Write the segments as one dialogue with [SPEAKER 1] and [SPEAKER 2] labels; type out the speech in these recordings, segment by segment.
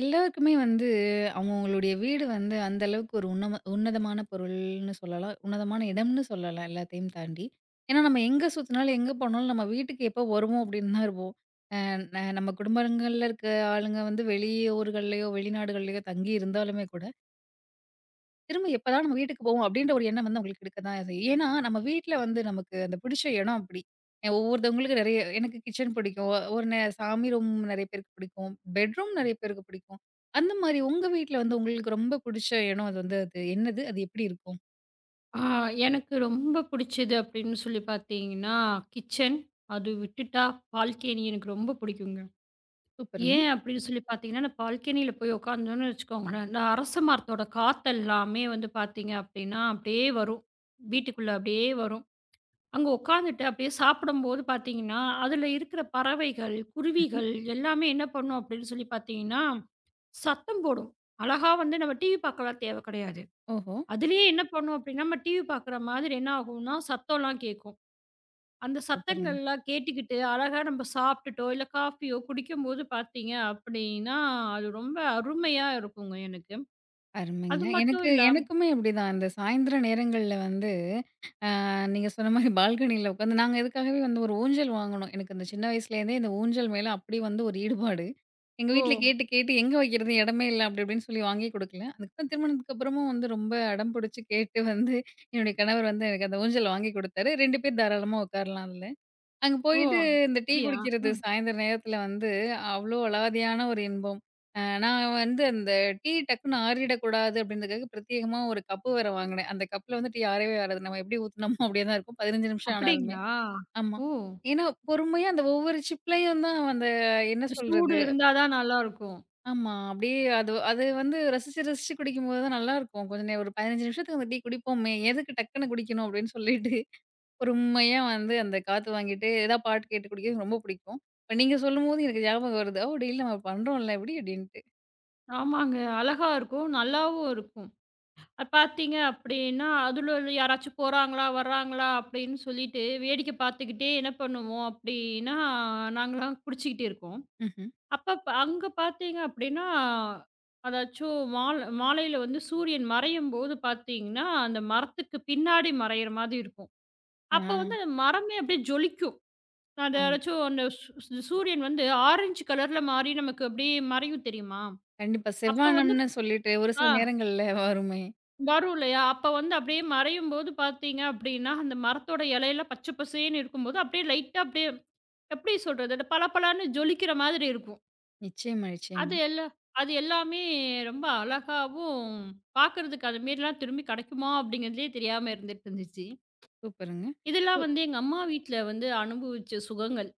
[SPEAKER 1] எல்லாருக்குமே வந்து அவங்கவங்களுடைய வீடு வந்து அந்த அளவுக்கு ஒரு உன்னதமான பொருள்னு சொல்லலாம். உன்னதமான இடம்னு சொல்லலாம் எல்லாத்தையும் தாண்டி. ஏன்னா, நம்ம எங்க சுத்தினாலும், எங்க போனாலும் நம்ம வீட்டுக்கு எப்போ வருவோம் அப்படின்னு தான் இருப்போம். அ ந நம்ம குடும்பங்கள்ல இருக்க ஆளுங்க வந்து வெளி ஊர்கள்லயோ, வெளிநாடுகள்லயோ தங்கி இருந்தாலுமே கூட, திரும்ப எப்பதான் நம்ம வீட்டுக்கு போவோம் அப்படின்ற ஒரு எண்ணம் வந்து அவங்களுக்கு இருக்க தான் செய்யும். ஏன்னா நம்ம வீட்ல வந்து நமக்கு அந்த பிடிச்ச இடம் அப்படி. ஒவ்வொருத்தவங்களுக்கு நெறைய எனக்கு கிச்சன் பிடிக்கும். ஒரு சாமி ரூம் நெறைய பேருக்கு பிடிக்கும். பெட்ரூம் நெறைய பேருக்கு பிடிக்கும். அந்த மாரி உங்க வீட்ல வந்து உங்களுக்கு ரொம்ப பிடிச்ச இடம் அது வந்து அது என்னது? அது எப்படி இருக்கும்?
[SPEAKER 2] ஆ, எனக்கு ரொம்ப புடிச்சது அப்படின்னு சொல்லி பார்த்தீங்கன்னா, கிச்சன். அது விட்டுட்டா பால்கனி எனக்கு ரொம்ப பிடிக்குங்க.
[SPEAKER 1] சூப்பருங்க.
[SPEAKER 2] ஏன் அப்படின்னு சொல்லி பார்த்தீங்கன்னா, நான் பால்கனியில போய் உட்காந்தோன்னு வச்சுக்கோங்களேன், இந்த அரச மரத்தோட காத்தெல்லாமே வந்து பார்த்தீங்க அப்படின்னா, அப்படியே வரும். வீட்டுக்குள்ள அப்படியே வரும். அங்க உட்காந்துட்டு அப்படியே சாப்பிடும்போது பார்த்தீங்கன்னா, அதுல இருக்கிற பறவைகள்,
[SPEAKER 1] ம்ஹ்ம்.
[SPEAKER 2] குருவிகள் எல்லாமே என்ன பண்ணும் அப்படின்னு சொல்லி பார்த்தீங்கன்னா, சத்தம் போடும். அழகா வந்து நம்ம டிவி பார்க்கலாம் தேவை கிடையாது.
[SPEAKER 1] ஓஹோ!
[SPEAKER 2] அதுலயே என்ன பண்ணும் அப்டின்னா, நம்ம டிவி பாக்குற மாதிரி என்ன ஆகும்னா, சத்தம்லாம் கேட்கும். அந்த
[SPEAKER 1] சூப்பருங்க.
[SPEAKER 2] சத்தங்கள்லாம் கேட்டுக்கிட்டு, அழகா நம்ம சாப்ட்டுட்டோ, இல்ல காஃபியோ குடிக்கும்போது பாத்தீங்க அப்டின்னா, அது ரொம்ப அருமையா இருக்குங்க எனக்கு.
[SPEAKER 1] அருமைங்க.
[SPEAKER 2] அது மட்டும்
[SPEAKER 1] எனக்கு
[SPEAKER 2] இல்லாம
[SPEAKER 1] எனக்குமே இப்படிதான். இந்த சாயந்திர நேரங்கள்ல வந்து நீங்க சொன்ன மாரி பால்கனியில உட்காந்து நாங்க இதுக்காகவே வந்து ஒரு ஊஞ்சல் வாங்குனோம். எனக்கு அந்த சின்ன வயசுலேருந்தே இந்த ஊஞ்சல் மேல அப்படி வந்து ஒரு ஈடுபாடு. எங்க
[SPEAKER 2] ஓ!
[SPEAKER 1] வீட்ல கேட்டு கேட்டு எங்க வைக்கிறது இடமே இல்ல அப்படி இப்படின்னு சொல்லி வாங்கி குடுக்கல. அதுக்கப்புறம் திருமணத்துக்கு அப்புறமும் வந்து ரொம்ப அடம் பிடிச்சு கேட்டு வந்து என்னுடைய கணவர் வந்து எனக்கு அந்த ஊஞ்சல் வாங்கி குடுத்தாரு. 2 பேர் தாராளமா உட்காரலாம் அதுல. அங்க
[SPEAKER 2] ஓ!
[SPEAKER 1] போயிட்டு இந்த டீ
[SPEAKER 2] அப்டியா?
[SPEAKER 1] குடிக்கிறது
[SPEAKER 2] ம்.
[SPEAKER 1] சாயந்தர நேரத்துல வந்து அவ்ளோ அலாதியான ஒரு இன்பம். நான் வந்து அந்த டீ டக்குன்னு ஆறிடக்கூடாது அப்படின்றதுக்காக பிரத்யேகமா ஒரு கப்பு வேற வாங்குனேன். அந்த கப்ல வந்து டீ ஆறவே ஆறாது. நம்ம எப்படி ஊத்துனோமோ அப்படியே தான் இருக்கும். 15 நிமிஷம் ஆனாலுமே.
[SPEAKER 2] அப்டிங்களா?
[SPEAKER 1] ஆமா.
[SPEAKER 2] ஓ!
[SPEAKER 1] ஏன்னா பொறுமையா அந்த ஒவ்வொரு சிப்லயும் தான் அந்த என்ன
[SPEAKER 2] சூடு
[SPEAKER 1] சொல்றது?
[SPEAKER 2] இருந்தா தான் நல்லாருக்கும்.
[SPEAKER 1] ஆமா. அப்படியே அது அது வந்து ரசிச்சு, ரசிச்சு குடிக்கும்போது தான் நல்லாருக்கும். கொஞ்ச ஒரு 15 நிமிஷத்துக்கு அந்த டீ குடிப்போமே, எதுக்கு டக்குனு குடிக்கணும் அப்படின்னு சொல்லிட்டு, பொறுமையா வந்து அந்த காத்து வாங்கிட்டு, ஏதா பாட்டு கேட்டு குடிக்கிறது ரொம்ப பிடிக்கும். இப்ப நீங்க சொல்லும்போது எனக்கு ஞாபகம் வருது. "ஓ! டெய்லி நம்ம பண்றோம்ல இப்படி" அப்படின்ட்டு.
[SPEAKER 2] ஆமாங்க. அழகா இருக்கும். நல்லாவும் இருக்கும். பார்த்தீங்க அப்படின்னா, அதுல யாராச்சும் போறாங்களா, வர்றாங்களா அப்படின்னு சொல்லிட்டு வேடிக்கை பார்த்துக்கிட்டே என்ன பண்ணுவோம் அப்படின்னா, நாங்கலாம் குடிச்சுக்கிட்டு இருப்போம்.
[SPEAKER 1] ம்ஹ்ம்.
[SPEAKER 2] அப்ப அங்க பார்த்தீங்க அப்படின்னா, அதாச்சும் மாலையில வந்து சூரியன் மறையும்போது பார்த்தீங்கன்னா, அந்த மரத்துக்கு பின்னாடி மறையிற மாதிரி இருக்கும்.
[SPEAKER 1] ஆ,
[SPEAKER 2] அப்ப வந்து அந்த மரமே அப்படியே ஜொலிக்கும். அது
[SPEAKER 1] ஆ.
[SPEAKER 2] யாராச்சும் அந்த சூரியன் வந்து ஆரஞ்சு கலர்ல மாறி நமக்கு அப்படியே மறையும் தெரியுமா?
[SPEAKER 1] கண்டிப்பா.
[SPEAKER 2] அப்ப வந்து
[SPEAKER 1] செவ்வானம்னு சொல்லிட்டு ஒரு
[SPEAKER 2] ஆ.
[SPEAKER 1] சில நேரங்கள்ல வருமே.
[SPEAKER 2] வரும் இல்லையா? அப்ப வந்து அப்படியே மறையும்போது பார்த்தீங்க அப்படின்னா, அந்த மரத்தோட இலையில பச்சை பசேல்ன்னு இருக்கும்போது, அப்படியே லைட்டா அப்படியே எப்படி சொல்றது? அந்த பளபளன்னு ஜொலிக்கிற மாதிரி இருக்கும்.
[SPEAKER 1] நிச்சயமா,
[SPEAKER 2] அது
[SPEAKER 1] நிச்சயமா.
[SPEAKER 2] எல்லா அது எல்லாமே ரொம்ப அழகாவும் பார்க்கறதுக்கு அது மாரிலாம் திரும்பி கிடைக்குமா? அப்படிங்கிறதுலயே தெரியாம இருந்துட்டு இருந்துச்சு.
[SPEAKER 1] சூப்பருங்க.
[SPEAKER 2] இதெல்லாம்
[SPEAKER 1] இ
[SPEAKER 2] வந்து எங்க அம்மா வீட்ல வந்து அனுபவிச்ச சுகங்கள்.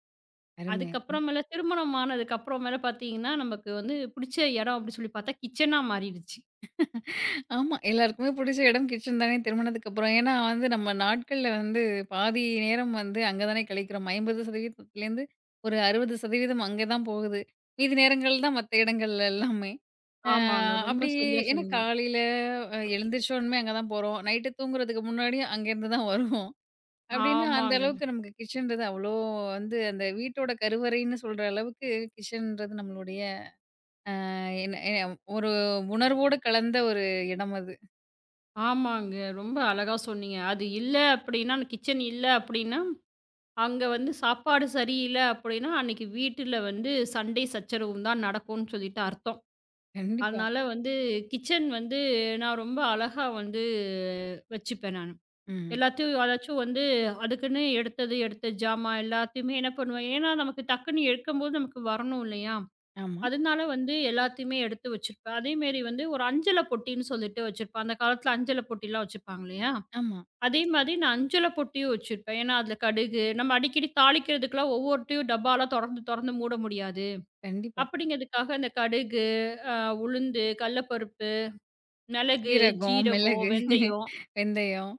[SPEAKER 1] அருமை, அருமை.
[SPEAKER 2] அதுக்கப்புறமேல திருமணம் ஆனதுக்கப்புறமேல பார்த்தீங்கன்னா, நமக்கு வந்து பிடிச்ச இடம் அப்படின்னு சொல்லி பார்த்தா கிச்சனா மாறிடுச்சு.
[SPEAKER 1] ஆமா. எல்லாருக்குமே புடிச்ச இடம் கிச்சன் தானே திருமணத்துக்கு அப்புறம். ஏன்னா வந்து நம்ம நாட்கள்ல வந்து பாதி நேரம் வந்து அங்க தானே கழிக்கிறோம். 50% ஒரு 60% அங்க தான் போகுது. மீதி நேரங்கள் தான் மத்த இடங்கள்ல எல்லாமே. அ
[SPEAKER 2] ஆமாங்க. ரொம்ப
[SPEAKER 1] அப்படி
[SPEAKER 2] சரியா
[SPEAKER 1] ஏன்னா
[SPEAKER 2] சொன்னீங்க.
[SPEAKER 1] காலையில எழுந்திரிச்சோனமே அங்க தான் போறோம். நைட்டு தூங்குறதுக்கு முன்னாடி அங்கேருந்து தான் வருவோம். அப்படின்னா அந்த
[SPEAKER 2] ஆமாங்க.
[SPEAKER 1] அளவுக்கு நமக்கு கிச்சன்றது அவ்வளோ வந்து அந்த வீட்டோட கருவறைன்னு சொல்ற அளவுக்கு கிச்சன்றது நம்மளுடைய என்ன என்ன ஒரு உணர்வோடு கலந்த ஒரு இடம் அது.
[SPEAKER 2] ஆமாங்க. ரொம்ப அழகா சொன்னீங்க. அது இல்ல அப்டின்னா, கிச்சன் இல்ல அப்டின்னா, அங்க வந்து சாப்பாடு சரியில்ல அப்டின்னா, அன்னைக்கு வீட்டுல வந்து சண்டை சச்சரவும் தான் நடக்கும்னு சொல்லிட்டு அர்த்தம்.
[SPEAKER 1] கண்டிப்பா.
[SPEAKER 2] அதனால வந்து கிச்சன் வந்து நான் ரொம்ப அழகா வந்து வச்சுப்பேன் நானு.
[SPEAKER 1] ம்.
[SPEAKER 2] எல்லாத்தையும் அதாச்சும் வந்து அதுக்குன்னு எடுத்தது, எடுத்த ஜாமான் எல்லாத்தையுமே என்ன பண்ணுவேன், ஏன்னா நமக்கு டக்குன்னு எடுக்கும்போது நமக்கு வரணும் இல்லையா?
[SPEAKER 1] ஆமா,
[SPEAKER 2] அதனால வந்து எல்லாத்தையுமே எடுத்து வச்சிருப்பேன். அதேமாரி வந்து ஒரு அஞ்சல பொட்டின்னு சொல்லிட்டு வச்சிருப்பேன். அந்த காலத்துல அஞ்சல பொட்டிலாம் வச்சிருப்பாங்க இல்லையா?
[SPEAKER 1] ஆமா.
[SPEAKER 2] அதே மாதிரி நான் அஞ்சல பொட்டியும் வச்சிருப்பேன். ஏன்னா, அதில கடுகு நம்ம அடிக்கடி தாளிக்கிறதுக்குலாம் ஒவ்வொருட்டையும் டப்பாலாம் தொறந்து தொறந்து மூட முடியாது.
[SPEAKER 1] கண்டிப்பா.
[SPEAKER 2] அப்படிங்கிறதுக்காக அந்த கடுகு, அ உளுந்து, கடலப்பருப்பு, மிளகு,
[SPEAKER 1] சீரகம்,
[SPEAKER 2] ஜீரகம்,
[SPEAKER 1] மிளகு,
[SPEAKER 2] வெந்தயம்
[SPEAKER 1] வெந்தயம்,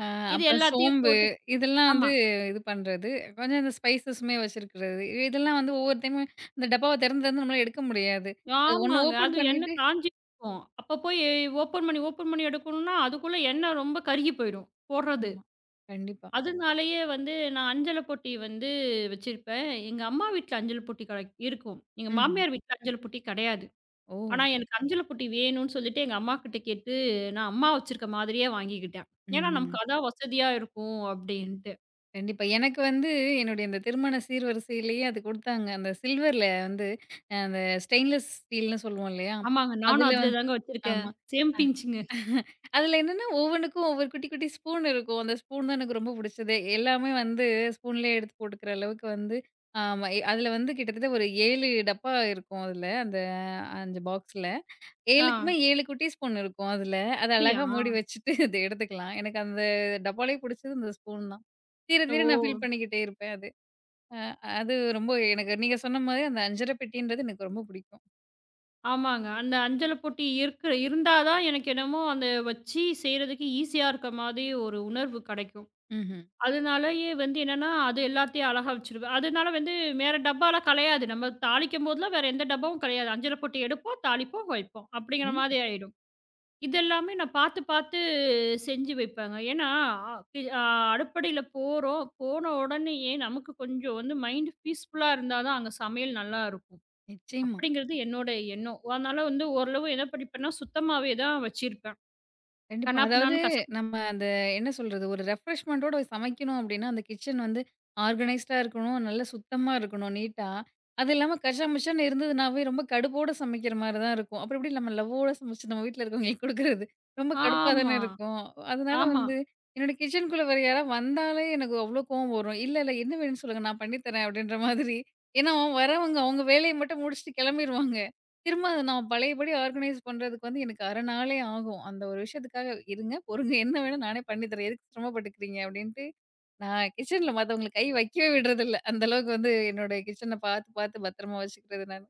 [SPEAKER 1] அ
[SPEAKER 2] இது
[SPEAKER 1] அப்புறம்
[SPEAKER 2] எல்லாத்தையும்
[SPEAKER 1] சோம்பு
[SPEAKER 2] போட்டு
[SPEAKER 1] இதெல்லாம் வந்து
[SPEAKER 2] ஆமா.
[SPEAKER 1] இது பண்றது. கொஞ்சம் இந்த ஸ்பைசஸுமே வச்சிருக்கிறது. இதெல்லாம் வந்து ஒவ்வொரு டைமும் இந்த டப்பாவ திறந்து திறந்து நம்மளால எடுக்க முடியாது. அது ஒண்ணு
[SPEAKER 2] ஆமாங்க.
[SPEAKER 1] ஓப்பன்
[SPEAKER 2] அது எண்ணெய்
[SPEAKER 1] பண்ணிட்டு
[SPEAKER 2] காஞ்சிருக்கும். அப்ப போய் ஓப்பன் பண்ணி எடுக்கணும்னா, அதுக்குள்ள எண்ணெய் ரொம்ப கருகி போயிடும் போடுறது.
[SPEAKER 1] ஆமா. கண்டிப்பா.
[SPEAKER 2] அதனாலேயே வந்து நான் அஞ்சல பொட்டி வந்து வச்சிருப்பேன். எங்க அம்மா வீட்ல அஞ்சல் பொட்டி கெடை இருக்கும். எங்க
[SPEAKER 1] ம்ஹ்ம்.
[SPEAKER 2] மாமியார் வீட்ல அஞ்சல் பொட்டி கெடையாது.
[SPEAKER 1] ஓ!
[SPEAKER 2] ஆனா, எனக்கு அஞ்சல பொட்டி வேணும்னு சொல்லிட்டு எங்க அம்மாகிட்ட கேட்டு, நான் அம்மா வச்சிருக்க மாதிரியே வாங்கிக்கிட்டேன். ஏன்னா,
[SPEAKER 1] ம்.
[SPEAKER 2] நமக்கு அதான் வசதியா இருக்கும் அப்டின்ட்டு.
[SPEAKER 1] கண்டிப்பா. எனக்கு வந்து என்னுடைய அந்த திருமண சீர்வரிசையிலேயே அது குடுத்தாங்க. அந்த சில்வர்ல வந்து அந்த ஸ்டெயின்லெஸ் ஸ்டீல்ன்னு சொல்லுவோம் இல்லையா?
[SPEAKER 2] ஆமாங்க. நானும்
[SPEAKER 1] அதுல
[SPEAKER 2] அதுல
[SPEAKER 1] வந்து
[SPEAKER 2] தாங்க வச்சிருக்கேன்.
[SPEAKER 1] ஆமா.
[SPEAKER 2] சேம் பிஞ்சுங்க.
[SPEAKER 1] அதில என்னன்னா, ஒவ்வொன்னுக்கும் ஒவ்வொரு குட்டி, குட்டி ஸ்பூன் இருக்கும். அந்த ஸ்பூன் தான் எனக்கு ரொம்ப பிடிச்சதே. எல்லாமே வந்து ஸ்பூன்லேயே எடுத்து போட்டுக்கிற அளவுக்கு வந்து ஆமா. அதில வந்து கிட்டத்தட்ட ஒரு 7 டப்பா இருக்கும் அதில. அந்த 5 பாக்ஸ்ல.
[SPEAKER 2] ஆ.
[SPEAKER 1] 7க்குமே 7 குட்டி ஸ்பூன் இருக்கும் அதில. அத
[SPEAKER 2] அப்படியா?
[SPEAKER 1] அழகா மூடி வச்சுட்டு அத எடுத்துக்கலாம். எனக்கு அந்த டப்பாலயே பிடிச்சது இந்த ஸ்பூன் தான். தீர
[SPEAKER 2] ஓ!
[SPEAKER 1] தீர நான் ஃபீல் பண்ணிக்கிட்டே இருப்பேன் அது. அ அது ரொம்ப எனக்கு நீங்க சொன்ன மாரி அந்த அஞ்சர பெட்டின்றது எனக்கு ரொம்ப பிடிக்கும்.
[SPEAKER 2] ஆமாங்க. அந்த அஞ்சல பொட்டி இருந்தா தான் எனக்கு என்னமோ அந்த வச்சு செய்றதுக்கு ஈஸியா இருக்க மாதிரி ஒரு உணர்வு கெடைக்கும்.
[SPEAKER 1] ம்ஹ்ம்.
[SPEAKER 2] அதனாலயே வந்து என்னன்னா, அது எல்லாத்தையும் அழகா வச்சுருவேன். அதனால வந்து வேற டப்பாலாம் கலையாது. நம்ம தாளிக்கும்போதெல்லாம் வேற எந்த டப்பாவும் கலையாது. அஞ்சல பொட்டி எடுப்போம், தாளிப்போம், வைப்போம். அப்படிங்கிற
[SPEAKER 1] கண்டிப்பா.
[SPEAKER 2] மாதிரி ஆயிடும். இதெல்லாமே நான் பார்த்து, பார்த்து செஞ்சு வைப்பேங்க. ஏன்னா, இ அ அடுப்படியில போறோம். போன உடனேயே நமக்கு கொஞ்சம் வந்து மைண்ட் பீஸ்ஃபுல்லா இருந்தா தான் அங்க சமையல் நல்லா இருக்கும்.
[SPEAKER 1] நிச்சயமா.
[SPEAKER 2] அப்படிங்கிறது என்னோட எண்ணம். அதனால வந்து ஓரளவு என்ன படிப்பேன்னா, சுத்தமாவே தான் வச்சிருப்பேன்.
[SPEAKER 1] கண்டிப்பா. அதாவது
[SPEAKER 2] கன்னாபின்னான்னு கசப்பு
[SPEAKER 1] நம்ம அந்த என்ன சொல்றது? ஒரு ரெஃப்ரெஷ்மென்ட்டோட சமைக்கணும் அப்டின்னா, அந்த கிச்சன் வந்து ஆர்கனைஸ்டா இருக்கணும். நல்லா சுத்தமா இருக்கணும், நீட்டா. அது இல்லாம கஷாமுஷான்னு இருந்ததுனாவே ரொம்ப கடுப்போட சமைக்கிற மாரி தான் இருக்கும். அப்புறம் எப்டி நம்ம லவ்வோட சமைச்சு நம்ம வீட்ல இருக்கவங்களுக்கு குடுக்குறது? ரொம்ப கடுப்பா தானே
[SPEAKER 2] ஆமா,
[SPEAKER 1] இருக்கும். அதனால
[SPEAKER 2] ஆமா.
[SPEAKER 1] வந்து என்னோட கிச்சனுக்குள்ள வேற யாரா வந்தாலே எனக்கு அவ்ளோ கோவம் வரும். "இல்ல, இல்ல என்ன வேணும்னு சொல்லுங்க நான் பண்ணி தரேன்" அப்டின்ற மாதிரி. ஏன்னா அவன் வரவங்க அவங்க வேலைய மட்டும் முடிச்சுட்டு கெளம்பிருவாங்க. திரும்ப அத நான் பழையபடி ஆர்கனைஸ் பண்றதுக்கு வந்து எனக்கு 1/2 நாளே ஆகும். அந்த ஒரு விஷயத்துக்காக "இருங்க, பொறுங்க என்ன வேணா நானே பண்ணி தரேன். எதுக்கு சிரமப்பட்டுக்கிறீங்க?" அப்படின்ட்டு நான் கிச்சன்ல மத்தவங்களுக்கு கை வைக்கவே விடுறதில்ல. அந்த அளவுக்கு வந்து என்னோட கிச்சன பார்த்து, பார்த்து பத்திரமா வச்சுக்கிறது நானு.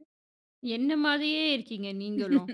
[SPEAKER 2] என்ன மாதிரியே இருக்கீங்க நீங்களும்.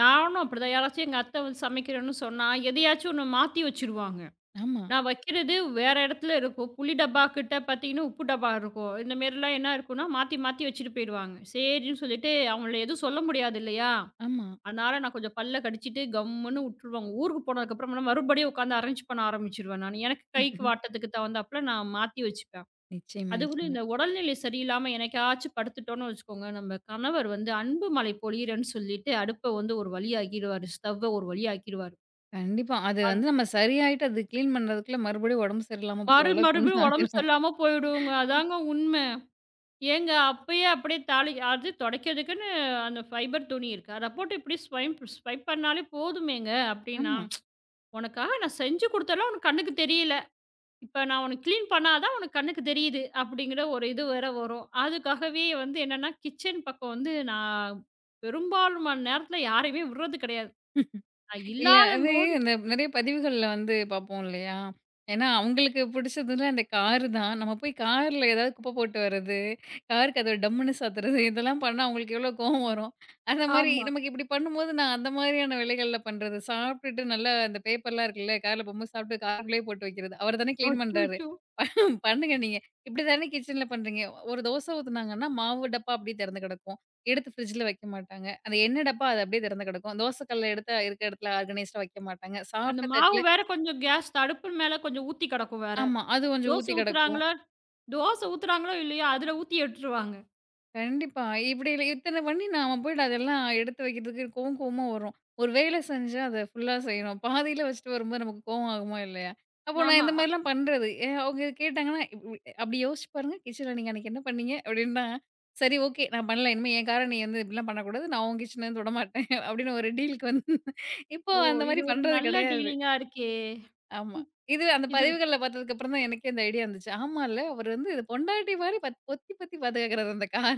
[SPEAKER 2] நானும் அப்படிதான். யாராச்சும் எங்க அத்தை வந்து சமைக்கிறேன்னு சொன்னா, எதையாச்சும் ஒண்ணு மாத்தி வச்சுருவாங்க.
[SPEAKER 1] ஆமா,
[SPEAKER 2] நான் வைக்கிறது வேற இடத்துல இருக்கும். புளி டப்பா கிட்ட பார்த்தீங்கன்னா, உப்பு டப்பா இருக்கும். இந்த மாரிலாம் என்ன இருக்கும்னா, மாத்தி மாத்தி வச்சுட்டு போயிடுவாங்க. சரின்னு சொல்லிட்டு அவங்கள எதுவும் சொல்ல முடியாது இல்லையா?
[SPEAKER 1] ஆமா.
[SPEAKER 2] அதனால நான் கொஞ்சம் பல்ல கடிச்சிட்டு கம்முன்னு உட்டுருவாங்க. ஊருக்கு போனதுக்கப்புறம்னா மறுபடியும் உட்காந்து அரேஞ்ச் பண்ண ஆரம்பிச்சுருவேன் நானு. எனக்கு கைக்கு வாட்டத்துக்கு தகுந்தாப்புல நான் மாத்தி வச்சுப்பேன்.
[SPEAKER 1] நிச்சயமா,
[SPEAKER 2] அதுவும்
[SPEAKER 1] நிச்சயமா.
[SPEAKER 2] இந்த உடல்நிலை சரியில்லாம என்னைக்காச்சும் படுத்துட்டோம்னு வச்சுக்கோங்க, நம்ம கணவர் வந்து அன்பு மழை பொழியிறேன்னு சொல்லிட்டு அடுப்ப வந்து ஒரு வழி ஆக்கிருவாரு. ஸ்டவ்வ ஒரு வழி ஆக்கிருவாரு.
[SPEAKER 1] கண்டிப்பா. அது
[SPEAKER 2] அந்
[SPEAKER 1] வந்து நம்ம சரியாயிட்டு அது கிளீன் பண்றதுக்குள்ள மறுபடியும் உடம்பு சரியில்லாம போற அளவுக்கு வந்து
[SPEAKER 2] மறுபடியும் உடம்பு
[SPEAKER 1] ஆயிரும்.
[SPEAKER 2] சரியில்லாம போயிடுங்க. அதாங்க உண்ம. ஏங்க அப்பயே அப்படியே தாளி அது துடைக்கிறதுக்குன்னு அந்த ஃபைபர் துணி இருக்கு. அத போட்டு இப்படி ஸ்வைப் ஸ்வைப் பண்ணாலே போதுமேங்க அப்படின்னா,
[SPEAKER 1] ஆமா.
[SPEAKER 2] "உனக்காக நான் செஞ்சு குடுத்தலாம் உனக்கு கண்ணுக்கு தெரியல. இப்ப நான் உனக்கு கிளீன் பண்ணா தான் உனக்கு கண்ணுக்கு தெரியுது." அப்படிங்கிற ஒரு இது வேற வரும். அதுக்காகவே வந்து என்னன்னா, கிச்சன் பக்கம் வந்து நான் பெரும்பாலுமான நேரத்தில யாரையுமே விடுறது கிடையாது. நான்
[SPEAKER 1] இல்ல அது
[SPEAKER 2] இல்லாதம்போது
[SPEAKER 1] இந்த நெறைய பதிவுகள்ல வந்து பார்ப்போம் இல்லையா? ஏன்னா, அவங்களுக்கு பிடிச்சதுல அந்த காரு தான். நம்ம போய் கார்ல ஏதாவது குப்பை போட்டு வர்றது, கார் கதவ டம்முன்னு சாத்துறது இதெல்லாம் பண்ணா அவங்களுக்கு எவ்வளோ கோவம் வரும். அந்த மாரி
[SPEAKER 2] ஆமா.
[SPEAKER 1] நமக்கு இப்படி பண்ணும்போது நான் அந்த மாதிரியான வேலைகள்ல பண்றது. சாப்பிட்டுட்டு நல்லா அந்த பேப்பர்லாம் இருக்குல்ல, கார்ல போகும்போது சாப்பிட்டு காருக்குள்ளேயே போட்டு வைக்கிறது. அவர் தானே கிளீன் பண்றாரு.
[SPEAKER 2] அச்சச்சோ!
[SPEAKER 1] பண்ணுங்க நீங்க. இப்படி தானே கிச்சன்ல பண்றீங்க. ஒரு தோசை ஊத்துனாங்கன்னா, மாவு டப்பா அப்படியே திறந்து கிடக்கும். எடுத்து ஃப்ரிட்ஜ்ல வைக்க மாட்டாங்க. அந்த எண்ணெய் டப்பா அது அப்படியே திறந்து கிடக்கும். தோசை கல்ல எடுத்து இருக்க இடத்துல ஆர்கனைஸ்டா வைக்க மாட்டாங்க.
[SPEAKER 2] அந்த
[SPEAKER 1] சாப்பிட்ட
[SPEAKER 2] மாவு
[SPEAKER 1] தட்டுல
[SPEAKER 2] வேற கொஞ்சம் கேஸ் அடுப்பு மேல கொஞ்சம் ஊத்தி கிடக்கும் வேற.
[SPEAKER 1] ஆமா. அது கொஞ்சம்
[SPEAKER 2] தோசை
[SPEAKER 1] ஊத்தி கிடக்கும்.
[SPEAKER 2] ஊத்துறாங்களா? தோசை ஊத்துறாங்களோ இல்லையோ, அதில ஊத்தி எடுத்துருவாங்க.
[SPEAKER 1] கண்டிப்பா. இப்படி இல்ல இத்தன பண்ணி நாம போயிட்டு அதெல்லாம் எடுத்து வைக்கிறதுக்கு கோவம் கோவமா வரும். ஒரு வேலை செஞ்சா அத ஃபுல்லா செய்யணும். பாதியில வச்சுட்டு வரும்போது நமக்கு கோவம் ஆகுமா இல்லையா? அப்போ நான்
[SPEAKER 2] ஆமா.
[SPEAKER 1] இந்த மாரிலாம் பண்றது. அவங்க கேட்டாங்கன்னா, இப் இப் அப்படி யோசிச்சு பாருங்க, கிச்சன்ல நீங்க அன்னைக்கு என்ன பண்ணீங்க? அப்படின்னா, சரி ஓகே நான் பண்ணல. இனிமே என் காரணம் நீ வந்து இப்படிலாம் பண்ணக்கூடாது. நான் உன் கிச்சன்ல இருந்து தொடமாட்டேன். அப்படின்னு ஒரு டீலுக்கு வந்து இப்போ
[SPEAKER 2] ஓ!
[SPEAKER 1] அந்த மாரி
[SPEAKER 2] இது ஒரு
[SPEAKER 1] பண்றது
[SPEAKER 2] நல்ல
[SPEAKER 1] கிடையாது.
[SPEAKER 2] டீலிங்கா இருக்கே!
[SPEAKER 1] ஆமா. இது அந்த
[SPEAKER 2] இது ஒரு-
[SPEAKER 1] பதிவுகள்ல பார்த்ததுக்கப்புறம் தான் எனக்கே இந்த ஐடியா வந்துச்சு. ஆமால்ல, அவரு வந்து இத பொண்டாட்டி மாரி பொத்தி பொத்தி பாத்துக்கறாரு அந்த கார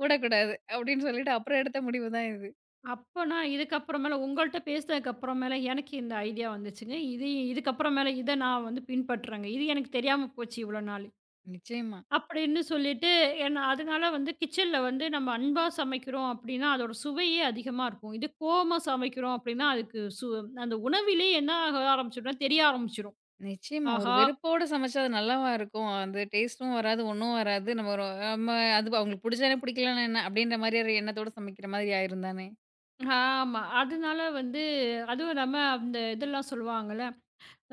[SPEAKER 1] "போடக்கூடாது" அப்படின்னு சொல்லிட்டு அப்புறம் எடுத்த முடிவு தான் இது.
[SPEAKER 2] அப்பனா இதுக்கப்புறமேல உங்கள்ட்ட பேசினதுக்கு அப்புறமேல எனக்கு இந்த ஐடியா வந்துச்சுங்க. இதுக்கப்புறமேல இத நான் வந்து பின்பற்றேங்க. இது எனக்கு தெரியாம போச்சு இவ்வளோ நாளு.
[SPEAKER 1] நிச்சயமா,
[SPEAKER 2] அப்படின்னு சொல்லிட்டு என்ன அதனால வந்து கிச்சன்ல வந்து நம்ம அன்பா சமைக்கிறோம் அப்படின்னா, அதோட சுவையே அதிகமா இருக்கும். இது கோவமா சமைக்கிறோம் அப்படின்னா, அதுக்கு சு அந்த உணவிலேயே என்ன ஆக ஆரம்பிச்சுடும்னா தெரிய ஆரம்பிச்சுரும்.
[SPEAKER 1] நிச்சயமா. ஒரு
[SPEAKER 2] ஆஹா!
[SPEAKER 1] வெறுப்போட சமைச்சா அது நல்லாவா இருக்கும்? அந்த டேஸ்ட்டும் வராது, ஒண்ணும் வராது. நம்ம ஒரு நம்ம அது அவங்களுக்கு புடிச்சா என்ன, பிடிக்கலன்னா என்ன? அப்படின்ற மாரி ஒரு எண்ணத்தோட சமைக்கிற மாதிரி ஆயிரும் தானே!
[SPEAKER 2] ஆமா. அதனால வந்து அதுவும் இல்லாம அந்த இதெல்லாம் சொல்லுவாங்கல்ல,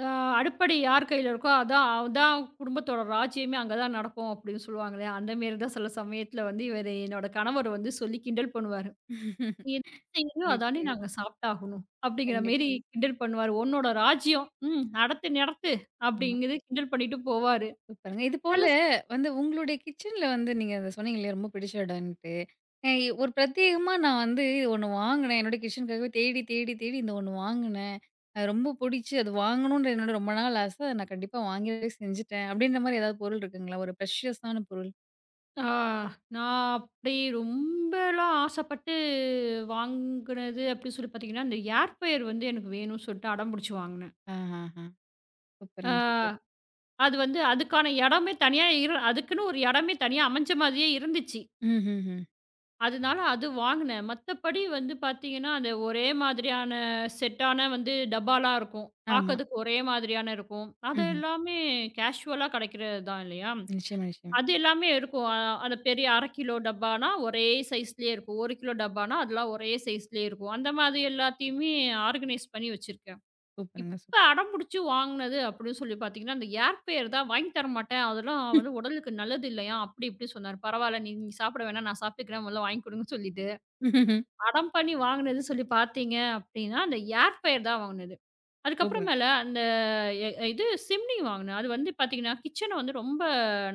[SPEAKER 2] அ "அடுப்படை யார் கையில இருக்கோ, அதான் அதான் குடும்பத்தோட ராஜ்ஜியமே அங்க தான் நடக்கும்." அப்படின்னு சொல்லுவாங்களே, அந்த மாரி தான் சில சமயத்துல வந்து இவரு என்னோட கணவர் வந்து சொல்லி கிண்டல் பண்ணுவாரு. "நீ என்ன செய்யறியோ
[SPEAKER 1] புரியுது,
[SPEAKER 2] அதானே
[SPEAKER 1] புரியுது.
[SPEAKER 2] நாங்க சாப்பிட்டாகணும்." அப்படிங்கிற
[SPEAKER 1] கண்டிப்பா.
[SPEAKER 2] மாரி கிண்டல் பண்ணுவாரு. "உன்னோட ராஜ்ஜியம். ம் நடத்து நடத்து."
[SPEAKER 1] ஆமா.
[SPEAKER 2] அப்படிங்கிறது கிண்டல் பண்ணிட்டு போவாரு.
[SPEAKER 1] சூப்பருங்க.
[SPEAKER 2] சில
[SPEAKER 1] இதுபோல வந்து உங்களுடைய கிச்சன்ல வந்து நீங்க அத சொன்னீங்க இல்லையா, ரொம்ப பிடிச்ச இடம்ன்ட்டு. அ ஒரு பிரத்யேகமா நான் வந்து இது ஒண்ணு வாங்குனேன். என்னோட கிச்சனுக்காகவே தேடி, தேடி, தேடி இந்த ஒண்ணு வாங்குனேன். அது ரொம்ப புடிச்சு அது வாங்கணுன்ற என்னோட ரொம்ப நாள் ஆசை. அத நான் கண்டிப்பா வாங்கியே செஞ்சுட்டேன். அப்படின்ற மாரி ஏதாவது பொருள் இருக்குங்களா? ஒரு ப்ரெஷியஸான பொருள்?
[SPEAKER 2] ஆ, நான் அப்படி ரொம்பலாம் ஆசைப்பட்டு வாங்குனது அப்படின்னு சொல்லி பார்த்தீங்கன்னா, இந்த ஏர் ஃப்ரையர் வந்து எனக்கு வேணும்னு சொல்லிட்டு அடம் புடிச்சு வாங்குனேன்.
[SPEAKER 1] ஆஹஹ.
[SPEAKER 2] ஆ
[SPEAKER 1] சூப்பருங்க, சூப்பர்.
[SPEAKER 2] அது வந்து அதுக்கான இடமே தனியா அதுக்குன்னு ஒரு இடமே தனியா அமைஞ்ச மாதிரியே இருந்துச்சு.
[SPEAKER 1] ம்ஹ்ஹ்ம்.
[SPEAKER 2] அதனால அது வாங்குனேன். மத்தபடி வந்து பார்த்தீங்கன்னா, அந்த ஒரே மாதிரியான செட்டான வந்து டப்பாலாம் இருக்கும்.
[SPEAKER 1] ஆமா.
[SPEAKER 2] பார்க்கறதுக்கு ஒரே மாதிரியான இருக்கும். அது
[SPEAKER 1] ம்ஹ்ம்.
[SPEAKER 2] எல்லாமே கேஷுவலா கிடைக்கிறது தான் இல்லையா?
[SPEAKER 1] நிச்சயமா, நிச்சயமா.
[SPEAKER 2] அது எல்லாமே இருக்கும். அந்த பெரிய 1/2 கிலோ டப்பான்னா, ஒரே சைஸ்லயே இருக்கும். 1 கிலோ டப்பான்னா, அதெல்லாம் ஒரே சைஸ்லயே இருக்கும். அந்த மாதிரி எல்லாத்தையுமே ஆர்கனைஸ் பண்ணி வச்சிருக்கேன்.
[SPEAKER 1] சூப்பருங்க,
[SPEAKER 2] இப்ப
[SPEAKER 1] சூப்பர்.
[SPEAKER 2] அடம்புடிச்சு வாங்குனது அப்படின்னு சொல்லி பார்த்தீங்கன்னா, அந்த ஏர் ஃப்ரையர் தான் வாங்கி தர மாட்டேன். அதெல்லாம் வந்து உடலுக்கு நல்லது இல்லையாம். அப்படி இப்படி சொன்னாரு. பரவால்ல நீ நீ சாப்பிட வேணாம். நான் சாப்பிட்டுக்கிறேன். முதல்ல வாங்கி குடுங்கன்னு சொல்லிட்டு,
[SPEAKER 1] ம் ம்
[SPEAKER 2] அடம் பண்ணி வாங்குனது சொல்லி பார்த்தீங்க அப்படின்னா, அந்த ஏர் ஃப்ரையர் தான் வாங்குனது.
[SPEAKER 1] சூப்பருங்க.
[SPEAKER 2] அதுக்கப்புறமேல அந்த இது சிம்னி வாங்குனேன். அது வந்து பார்த்தீங்கன்னா, கிச்சன வந்து ரொம்ப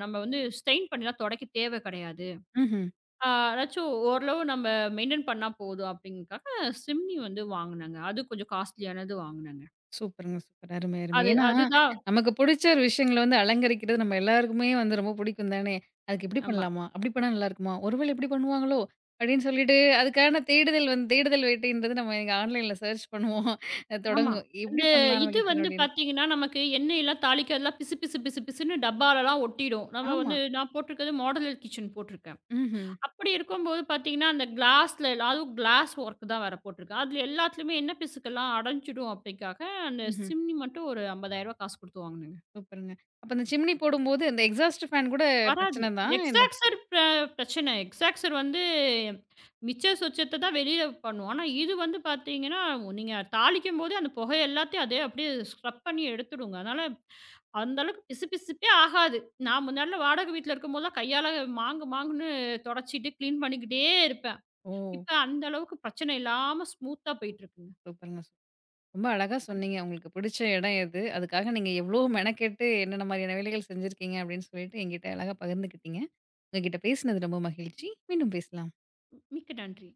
[SPEAKER 2] நம்ம வந்து ஸ்ட்ரெயின் பண்ணிலாம் துடைக்க தேவை கிடையாது.
[SPEAKER 1] ம்ஹ்ம்,
[SPEAKER 2] அ அதாச்சும் ஓரளவு நம்ம மெயின்டெயின் பண்ணா போதும் அப்டிங்கிறதுக்காக சிம்னி வந்து வாங்குனேங்க. அது கொஞ்சம் காஸ்ட்லியானது வாங்குனேங்க.
[SPEAKER 1] சூப்பருங்க, சூப்பர். அருமை, அருமை.
[SPEAKER 2] அது
[SPEAKER 1] ஏன்னா,
[SPEAKER 2] அதுதான்
[SPEAKER 1] நமக்கு புடிச்ச ஒரு விஷயங்கள வந்து அலங்கரிக்கிறது நம்ம எல்லாருக்குமே வந்து ரொம்ப புடிக்கும் தானே! அதுக்கு இப்பிடி
[SPEAKER 2] ஆமா,
[SPEAKER 1] பண்ணலாமா? அப்பிடி பண்ணா நல்லாயிருக்குமா? ஒருவேளை இப்பிடி பண்ணுவாங்களோ! அப்பிடின்னு சொல்லிட்டு அதுக்கான தேடுதல் வந்து தேடுதல் வேட்டைன்றது நம்ம இங்க ஆன்லைன்ல சர்ச் பண்ணுவோம். அது
[SPEAKER 2] ஆமா.
[SPEAKER 1] தொடங்கும்.
[SPEAKER 2] அந்த
[SPEAKER 1] எப்பிடி பண்ணலாம் நம்ம
[SPEAKER 2] இது
[SPEAKER 1] கிச்சன்
[SPEAKER 2] வந்து
[SPEAKER 1] அப்பிடின்னு.
[SPEAKER 2] பார்த்தீங்கன்னா, நமக்கு எண்ணெயெல்லாம் தாளிக்கிறதுலாம் பிசு பிசு பிசு பிசுன்னு டப்பாலலாம் ஒட்டிடும். நம்ம
[SPEAKER 1] ஆமா.
[SPEAKER 2] வந்து நான் போட்டிருக்கிறது மாடுலர் கிச்சன் போட்டிருக்கேன்.
[SPEAKER 1] ம்ஹ்ம்,
[SPEAKER 2] அப்படி இருக்கும்போது பார்த்தீங்கன்னா, அந்த கிளாஸ்ல அதுவும் கிளாஸ் ஒர்க் தான் வேற போட்டிருக்கு. அதுல எல்லாத்துலயுமே எண்ணெய் பிசுக்கெல்லாம் அடைஞ்சிடும் அப்படிக்காக, அந்த
[SPEAKER 1] ம்ஹ்ம்.
[SPEAKER 2] சிம்னி மட்டும் ஒரு ரூ. 50,000 காசு குடுத்து வாங்குனேங்க.
[SPEAKER 1] சூப்பருங்க. அப்ப அந்த சிம்னி போடும்போது அந்த எக்ஸாஸ்ட் ஃபேன் கூட
[SPEAKER 2] வராது.
[SPEAKER 1] பிரச்சன தான். இந்த
[SPEAKER 2] எக்ஸாக்ஸர் பிர பிரச்சனை. எக்ஸாக்ஸர் வந்து மிச்ச சொச்சத்த தான் வெளியில பண்ணும். ஆனா இது வந்து பார்த்தீங்கன்னா, நீங்க தாளிக்கும்போதே அந்த புகை எல்லாத்தையும் அதே அப்படியே ஸ்க்ரப் பண்ணி எடுத்துடுங்க. அதனால அந்த அளவுக்கு பிசுபிசுப்பே ஆகாது. நான் முன்னாடிலாம் வாடகை வீட்ல இருக்கும்போதெல்லாம் கையால மாங்கு மாங்குன்னு தொடச்சிட்டு, கிளீன் பண்ணிக்கிட்டே இருப்பேன்.
[SPEAKER 1] ஓ!
[SPEAKER 2] இப்ப அந்த அளவுக்கு பிரச்சனை இல்லாம ஸ்மூத்தா போயிட்டு இருக்குங்க.
[SPEAKER 1] சூப்பருங்க. ரொம்ப அழகா சொன்னீங்க. உங்களுக்கு பிடிச்ச இடம் எது? அதுக்காக நீங்க எவ்ளோ மெனக்கெட்டு என்னென்ன மாரியான வேலைகள் செஞ்சிருக்கீங்க? அப்படின்னு சொல்லிட்டு என்கிட்ட அழகா பகிர்ந்துக்கிட்டீங்க. உங்ககிட்ட பேசினது ரொம்ப மகிழ்ச்சி. மீண்டும் பேசலாம்.
[SPEAKER 2] மிக்க நன்றி.